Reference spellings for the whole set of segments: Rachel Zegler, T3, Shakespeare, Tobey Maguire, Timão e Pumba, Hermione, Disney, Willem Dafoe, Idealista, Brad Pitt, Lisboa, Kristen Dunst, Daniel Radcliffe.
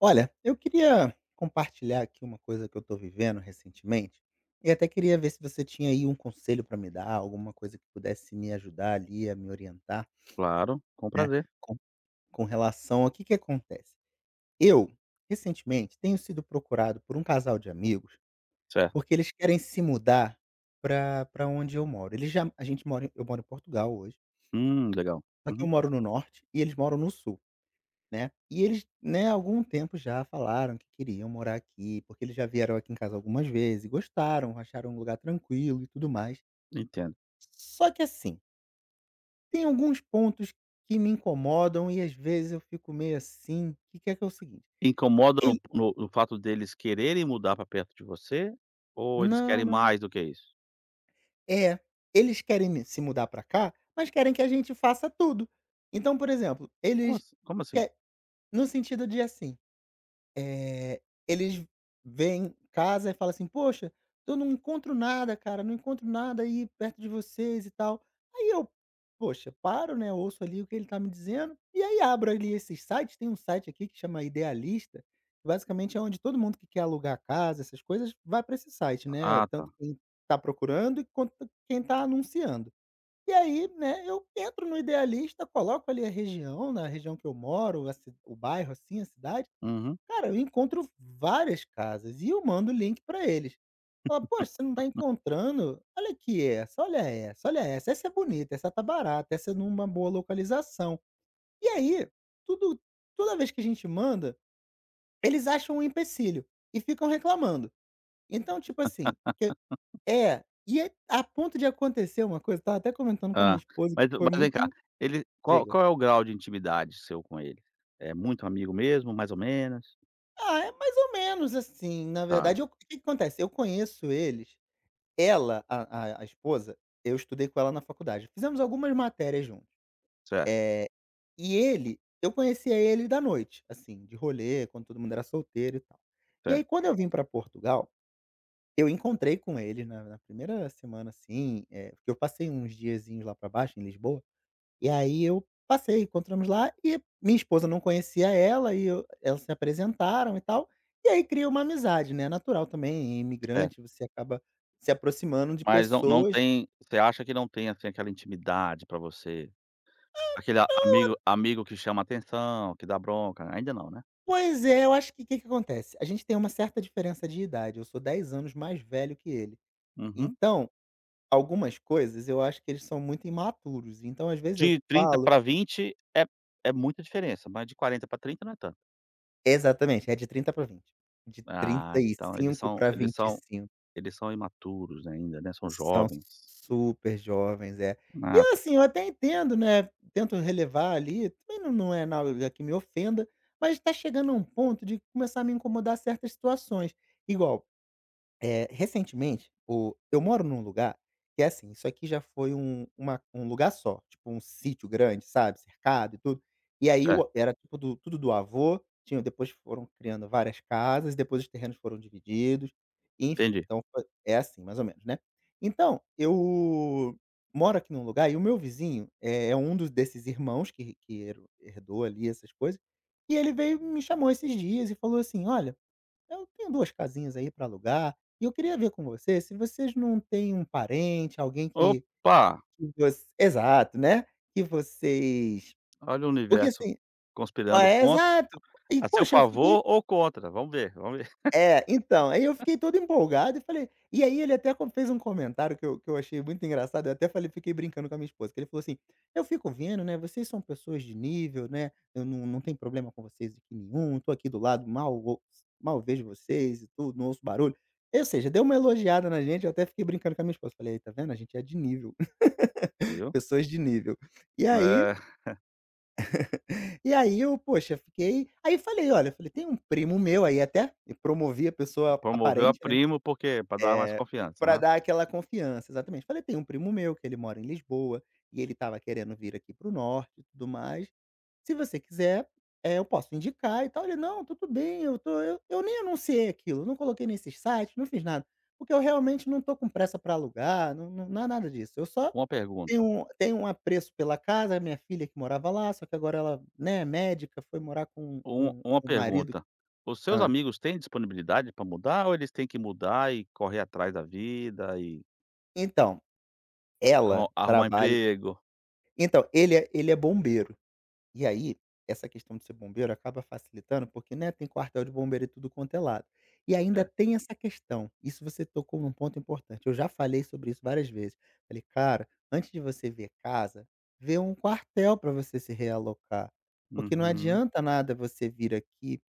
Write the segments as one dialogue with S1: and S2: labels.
S1: Olha, eu queria compartilhar aqui uma coisa que eu estou vivendo recentemente, e até queria ver se você tinha aí um conselho para me dar, alguma coisa que pudesse me ajudar ali a me orientar,
S2: Claro, com
S1: né,
S2: prazer.
S1: com, com relação ao que acontece. Eu, recentemente, tenho sido procurado por um casal de amigos,
S2: Certo.
S1: porque eles querem se mudar para onde eu moro. Eles já, a gente mora, eu moro em Portugal hoje,
S2: Legal.
S1: só que eu
S2: Uhum,
S1: moro no norte e eles moram no sul. Né, e eles, né, há algum tempo já falaram que queriam morar aqui, porque eles já vieram aqui em casa algumas vezes e gostaram, acharam um lugar tranquilo e tudo mais.
S2: entendo.
S1: Só que assim, tem alguns pontos que me incomodam e às vezes eu fico meio assim, que é o seguinte,
S2: Incomoda no
S1: ele
S2: no no fato deles quererem mudar para perto de você, ou eles
S1: não,
S2: querem
S1: não,
S2: mais do que isso?
S1: é, eles querem me se mudar pra cá, mas querem que a gente faça tudo. Então, por exemplo,
S2: Como
S1: eles
S2: assim? Como assim?
S1: que no sentido de assim, Eh, eles vêm em casa e falam assim: "Poxa, eu não encontro nada, cara, não encontro nada aí perto de vocês e tal". Aí eu, poxa, paro, né, ouço ali o que ele está me dizendo, e aí abro ali esses sites, tem um site aqui que chama Idealista, que basicamente é onde todo mundo que quer alugar casa, essas coisas, vai para esse site, né,
S2: Ah, tá.
S1: tanto quem está procurando quanto quem está anunciando. E aí, né, eu entro no Idealista, coloco ali a região, na região que eu moro, a ci o bairro, assim, a cidade.
S2: Uhum.
S1: Cara, eu encontro várias casas e eu mando o link pra eles. Fala: "Poxa, você não tá encontrando? Olha aqui essa, olha essa, olha essa. Essa é bonita, essa tá barata, essa é numa boa localização". E aí, tudo toda vez que a gente manda, eles acham um empecilho e ficam reclamando. Então, tipo assim, que é, e é a ponto de acontecer uma coisa, eu estava até comentando com a minha
S2: Hã.
S1: esposa, que
S2: Mas
S1: foi
S2: mas vem
S1: muito
S2: cá,
S1: en
S2: ele qual
S1: diga.
S2: qual é o grau de intimidade seu com ele? É muito amigo mesmo, mais ou menos?
S1: Ah, é mais ou menos assim, na
S2: Tá,
S1: verdade eu o que que acontece, eu conheço eles. Ela, a esposa, eu estudei com ela na faculdade. Fizemos algumas matérias juntos.
S2: certo,
S1: Eh, e ele eu conhecia ele da noite, assim, de rolê, quando todo mundo era solteiro e tal. E aí
S2: certo,
S1: quando eu vim para Portugal, eu encontrei com ele na primeira semana, assim, porque eu passei uns diazinhos lá para baixo, em Lisboa, e aí eu passei, encontramos lá e minha esposa não conhecia ela e eu elas se apresentaram e tal, e aí cria uma amizade, né. É natural também, é
S2: certo.
S1: imigrante, você acaba se aproximando de
S2: Mas não
S1: pessoas.
S2: tem, você acha que não tem, assim, aquela intimidade para você, aquele amigo amigo que chama atenção, que dá bronca, ainda não, né?
S1: Pois é, eu acho que o que que acontece? A gente tem uma certa diferença de idade, eu sou 10 anos mais velho que ele.
S2: Uhum.
S1: Então, algumas coisas eu acho que eles são muito imaturos, então às vezes eu
S2: De 30
S1: falo.
S2: para 20 é muita diferença, mas de 40 para 30 não é tanto.
S1: Exatamente, é de 30 para 20. De trinta
S2: Ah,
S1: e
S2: então
S1: cinco para vinte e cinco
S2: eles são imaturos ainda, né, são
S1: São
S2: jovens.
S1: super jovens, é. E
S2: Ah, tá,
S1: assim, eu até entendo, né, tento relevar ali, também não é nada que me ofenda, mas está chegando a um ponto de começar a me incomodar certas situações. Igual recentemente, o eu moro num lugar que é assim, isso aqui já foi um uma um lugar só, tipo um sítio grande, sabe, cercado e tudo. E aí
S2: certo,
S1: o era tipo do tudo do avô, tinha depois foram criando várias casas, depois os terrenos foram divididos, enfim,
S2: entendi.
S1: então foi é assim mais ou menos, né. Então, eu moro aqui num lugar e o meu vizinho é um dos desses irmãos que hero herdou ali essas coisas, e ele veio e me chamou esses dias e falou assim: "Olha, eu tenho 2 casinhas aí para alugar, e eu queria ver com você se vocês não têm um parente, alguém
S2: Opa,
S1: que voc exato, né, que vocês
S2: olha o
S1: porque
S2: universo
S1: assim
S2: conspirando
S1: é,
S2: contra
S1: exato. E
S2: a seu
S1: poxa, eu fiquei.
S2: favor ou contra, vamos ver,
S1: É, então, aí eu fiquei todo empolgado e falei e aí ele até co fez um comentário que eu achei muito engraçado, eu até falei fiquei brincando com a minha esposa, que ele falou assim: "Eu fico vendo, né, vocês são pessoas de nível, né, eu não tenho problema com vocês aqui nenhum, estou aqui do lado, mal vejo vocês e tudo, não ouço barulho". Ou seja, deu uma elogiada na gente, eu até fiquei brincando com a minha esposa, falei: "Aí, tá vendo, a gente é de nível,
S2: viu.
S1: pessoas de nível". E aí
S2: É,
S1: e aí eu, poxa, fiquei aí falei: "Olha", falei: "Tem um primo meu", aí até e promovi a pessoa
S2: promoveu a
S1: aparente, né.
S2: primo porque para dar mais
S1: É,
S2: confiança,
S1: pra
S2: aham.
S1: dar aquela confiança, exatamente. Falei: "Tem um primo meu que ele mora em Lisboa, e ele estava querendo vir aqui para o norte e tudo mais. Se você quiser, eu posso indicar e tal". Ele: "Não, tudo bem, eu tô", eu nem anunciei aquilo, não coloquei nesses sites, não fiz nada, porque eu realmente não tô com pressa para alugar, não é nada disso. Eu só
S2: Uma
S1: tenho
S2: pergunta,
S1: um tenho um apreço pela casa, a minha filha que morava lá, só que agora ela, né, é médica, foi morar com com
S2: uma
S1: o marido.
S2: pergunta, os seus
S1: Hã.
S2: amigos têm disponibilidade para mudar ou eles têm que mudar e correr atrás da vida e
S1: Então, ela
S2: Arrumar
S1: trabalha.
S2: emprego.
S1: Então, ele é bombeiro. E aí, essa questão de ser bombeiro acaba facilitando, porque, né, tem quartel de bombeiro e tudo quanto é lado. E ainda
S2: É.
S1: tem essa questão, isso você tocou num ponto importante, eu já falei sobre isso várias vezes. Falei: "Cara, antes de você ver casa, vê um quartel para você se realocar, porque não
S2: Uhum.
S1: adianta nada você vir aqui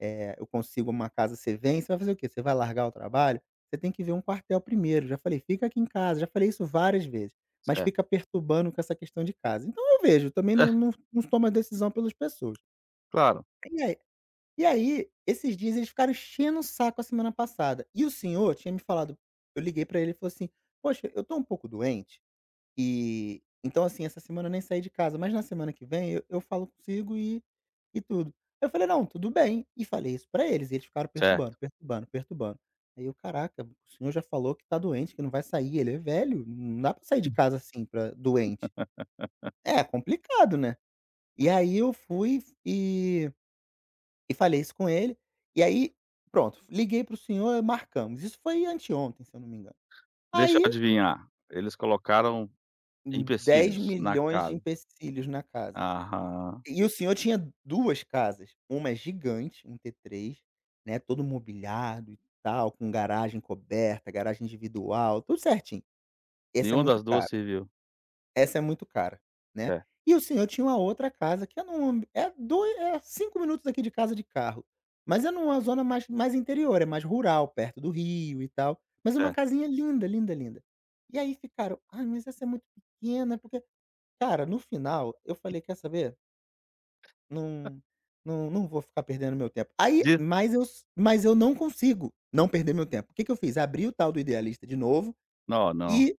S1: eu consigo uma casa, você vem, você vai fazer o quê? Você vai largar o trabalho? Você tem que ver um quartel primeiro. Já falei: "Fica aqui em casa", já falei isso várias vezes, mas
S2: Certo.
S1: fica perturbando com essa questão de casa. Então eu vejo, também
S2: É,
S1: não tomo a decisão pelas pessoas.
S2: claro.
S1: E aí e aí, esses dias eles ficaram enchendo o saco a semana passada, e o senhor tinha me falado eu liguei pra ele e falou assim: "Poxa, eu tô um pouco doente. E então, assim, essa semana eu nem saí de casa, mas na semana que vem eu falo consigo e tudo". Eu falei: "Não, tudo bem", e falei isso pra eles, e eles ficaram perturbando,
S2: Certo.
S1: perturbando, perturbando. Aí eu: "Caraca, o senhor já falou que tá doente, que não vai sair, ele é velho, não dá pra sair de casa assim pra doente". É complicado, né. E aí eu fui e falei isso com ele, e aí pronto, liguei para o senhor, marcamos. Isso foi anteontem, se eu não me engano.
S2: Deixa eu
S1: Aí
S2: adivinhar, eles colocaram
S1: dez
S2: empecilhos na
S1: milhões de
S2: casa.
S1: empecilhos na casa.
S2: Aham.
S1: E o senhor tinha 2 casas, uma é gigante, um T3, né, todo mobiliado e tal, com garagem coberta, garagem individual, tudo certinho. Essa é
S2: Nenhuma
S1: muito
S2: das duas
S1: cara,
S2: serviu.
S1: essa é muito cara, né.
S2: Certo,
S1: E o senhor tinha uma outra casa que é num é dois, é 5 minutos daqui de casa de carro, mas é numa zona mais interior, é mais rural, perto do rio e tal, mas é uma
S2: certo.
S1: casinha linda, linda, linda. E aí ficaram: "Ai, mas essa é muito pequena", porque cara, no final eu falei: "Quer saber? Não não vou ficar perdendo meu tempo. Aí
S2: Diz
S1: mas eu não consigo não perder meu tempo. O que que eu fiz? Abri o tal do Idealista de novo
S2: não, não.
S1: e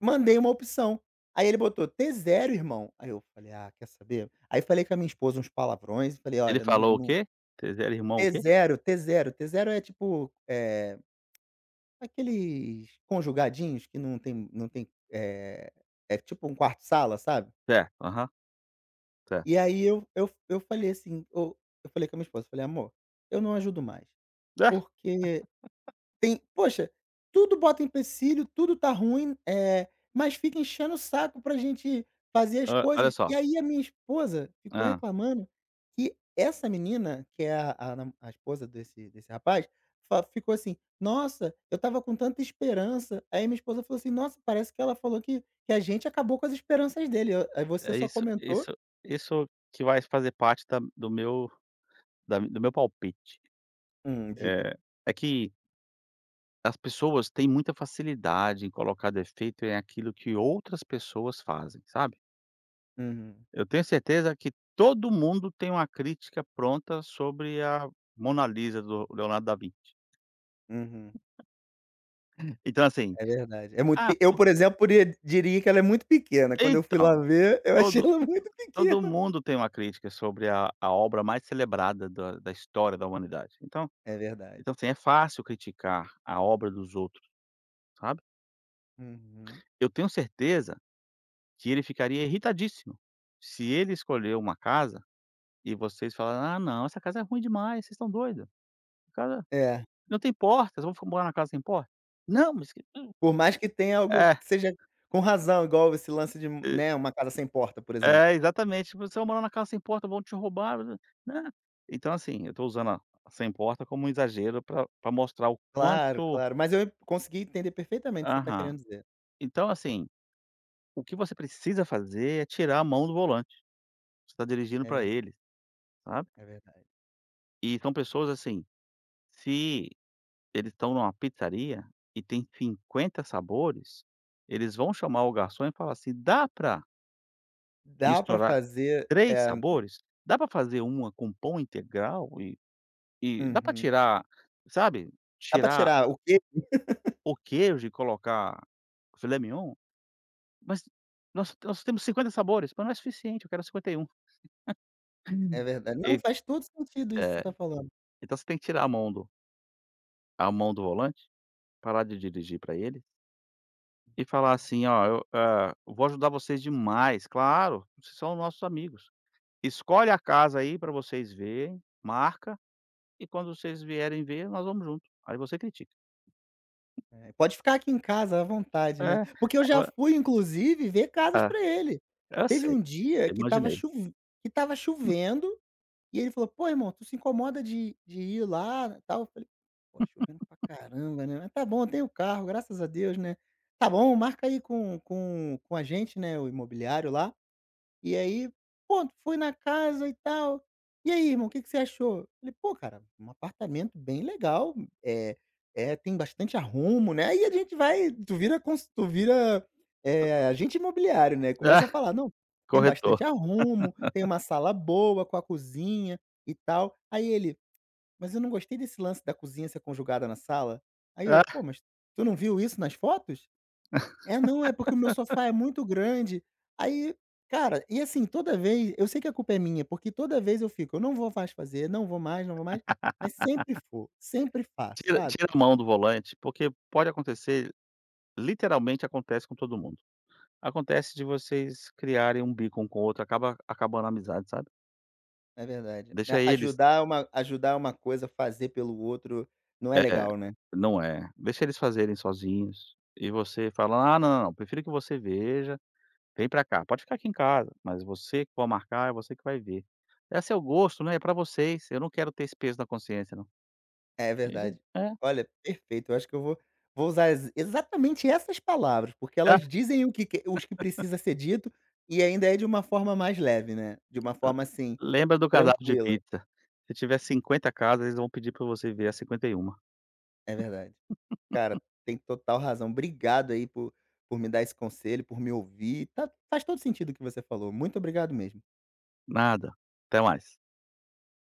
S1: mandei uma opção. Aí ele botou: t zero irmão". Aí eu falei: "Ah, quer saber?". Aí falei com a minha esposa uns palavrões e falei:
S2: Ele
S1: "Olha, não
S2: falou o
S1: não
S2: quê? Vocês eram irmão o
S1: t
S2: quê?
S1: zero t zero t zero é tipo, é aqueles conjugadinhos que não tem, é é tipo um quarto sala, sabe".
S2: Certo, aham, certo.
S1: E aí eu falei assim, eu falei com a minha esposa, falei: "Amor, eu não ajudo mais". Porque tem poxa, tudo bota empecilho, tudo tá ruim, é mas fica enchendo o saco pra gente fazer as
S2: Ah, olha
S1: coisas. E
S2: só.
S1: aí a minha esposa ficou
S2: Hã.
S1: reclamando que essa menina, que é a esposa desse rapaz, fa ficou assim: "Nossa, eu estava com tanta esperança". Aí minha esposa falou assim: "Nossa, parece que ela falou que a gente acabou com as esperanças dele". Eu aí você
S2: É
S1: só
S2: isso
S1: comentou
S2: isso isso que vai fazer parte da do meu, da do meu palpite.
S1: diga.
S2: Eh, é que as pessoas têm muita facilidade em colocar defeito em aquilo que outras pessoas fazem, sabe.
S1: Uhum,
S2: Eu tenho certeza que todo mundo tem uma crítica pronta sobre a Mona Lisa do Leonardo da Vinci.
S1: uhum.
S2: Então assim,
S1: É verdade. É muito
S2: ah,
S1: pe eu,
S2: por
S1: por exemplo, poria diria que ela é muito pequena. Quando eu fui lá
S2: então,
S1: ver, eu achei
S2: todo
S1: ela muito
S2: todo
S1: pequena.
S2: mundo tem uma crítica sobre a obra mais celebrada da história da humanidade. Então
S1: É verdade.
S2: então assim, é fácil criticar a obra dos outros, sabe.
S1: Uhum.
S2: Eu tenho certeza que ele ficaria irritadíssimo se ele escolheu uma casa e vocês falaram: "Ah, não, essa casa é ruim demais, vocês estão doidos, casa
S1: É.
S2: não tem porta, vocês vão morar na casa sem porta?". "Não, mas que" hum.
S1: Por mais que tenha algo
S2: É,
S1: que seja com razão, igual esse lance de,
S2: e
S1: né, uma casa sem porta, por exemplo.
S2: é, exatamente. "Vocês vão morar na casa sem porta, vão te roubar". Né. Então, assim, eu estou usando a sem porta como um exagero pra mostrar o
S1: Claro,
S2: quanto
S1: claro. Mas eu consegui entender perfeitamente o que você está
S2: aham.
S1: querendo dizer.
S2: Então, assim, o que você precisa fazer é tirar a mão do volante, você está dirigindo
S1: É
S2: pra
S1: ver
S2: eles, sabe.
S1: é verdade.
S2: E são pessoas, assim, se eles estão numa pizzaria e tem 50 sabores, eles vão chamar o garçom e falar assim: "Dá para
S1: Dá para
S2: misturar
S1: fazer
S2: 3
S1: é.
S2: sabores? Dá para fazer uma com pão integral e dá para
S1: Uhum.
S2: tirar, sabe,
S1: Dá para
S2: tirar
S1: tirar o que
S2: o queijo e colocar filé mignon? Mas nós temos 50 sabores, mas não é suficiente, eu quero 51".
S1: é verdade.
S2: E
S1: Não,
S2: um. E,
S1: faz todo sentido isso que você está
S2: é,
S1: falando.
S2: então você tem que tirar a mão do, a mão do volante, parar de dirigir para ele. E falar assim: "Ó, eu, ah, eu vou ajudar vocês demais, claro, vocês são nossos amigos. Escolhe a casa aí pra vocês verem, marca, e quando vocês vierem ver, nós vamos junto. Aí você critica".
S1: É, pode ficar aqui em casa à vontade, né.
S2: É,
S1: Porque eu já
S2: agora
S1: fui inclusive ver casas
S2: é,
S1: pra ele.
S2: eu
S1: Teve
S2: sei,
S1: um dia
S2: eu
S1: que estava
S2: imaginei.
S1: choven que estava chovendo, e ele falou: "Pô irmão, tu se incomoda de ir lá, e tal?" Eu falei: "Pô, chovendo pra caramba, né, mas tá bom, tem o carro, graças a Deus, né. Tá bom, marca aí com a gente, né, o imobiliário lá, e aí, pronto, fui na casa e tal. E aí, irmão, o que que você achou?" Falei: "Pô, cara, um apartamento bem legal, é é tem bastante arrumo, né". Aí a gente vai tu vira, agente imobiliário, né, começa
S2: Ah,
S1: a falar: "Não, tem bastante
S2: corretor.
S1: arrumo, tem uma sala boa com a cozinha e tal". Aí ele: "Mas eu não gostei desse lance da cozinha ser conjugada na sala". Aí eu:
S2: Ah,
S1: "Pô, mas tu não viu isso nas fotos?" É, não, é porque o meu sofá é muito grande. Aí, cara, e assim, toda vez eu sei que a culpa é minha, porque toda vez eu fico: "Eu não vou mais fazer, não vou mais, não vou mais", mas sempre faço,
S2: tira
S1: sabe.
S2: tira a mão do volante, porque pode acontecer, literalmente acontece com todo mundo. Acontece de vocês criarem um bico um com o outro, acaba acabando a amizade, sabe.
S1: É verdade. É,
S2: Deixa eles.
S1: ajudar é uma coisa, fazer pelo outro não é
S2: É,
S1: legal, né.
S2: não é. Deixa eles fazerem sozinhos, e você fala: "Ah, não, não, não, prefiro que você veja, vem pra cá, pode ficar aqui em casa, mas você que vai marcar, é você que vai ver. É seu gosto, né, é pra vocês, eu não quero ter esse peso na consciência não".
S1: É
S2: Isso aí,
S1: verdade.
S2: é.
S1: Olha, perfeito, eu acho que eu vou usar ex exatamente essas palavras, porque
S2: Ah,
S1: elas dizem o que que os que precisa ser dito e ainda é de uma forma mais leve, né, de uma forma, assim,
S2: lembra do cardápio de
S1: tranquila.
S2: pizza, se tiver 50 casas, eles vão pedir pra você ver as 51.
S1: É verdade. Cara, tem total razão. Obrigado aí por me dar esse conselho, por me ouvir. Tá- faz todo sentido o que você falou. Muito obrigado mesmo.
S2: Nada, até mais.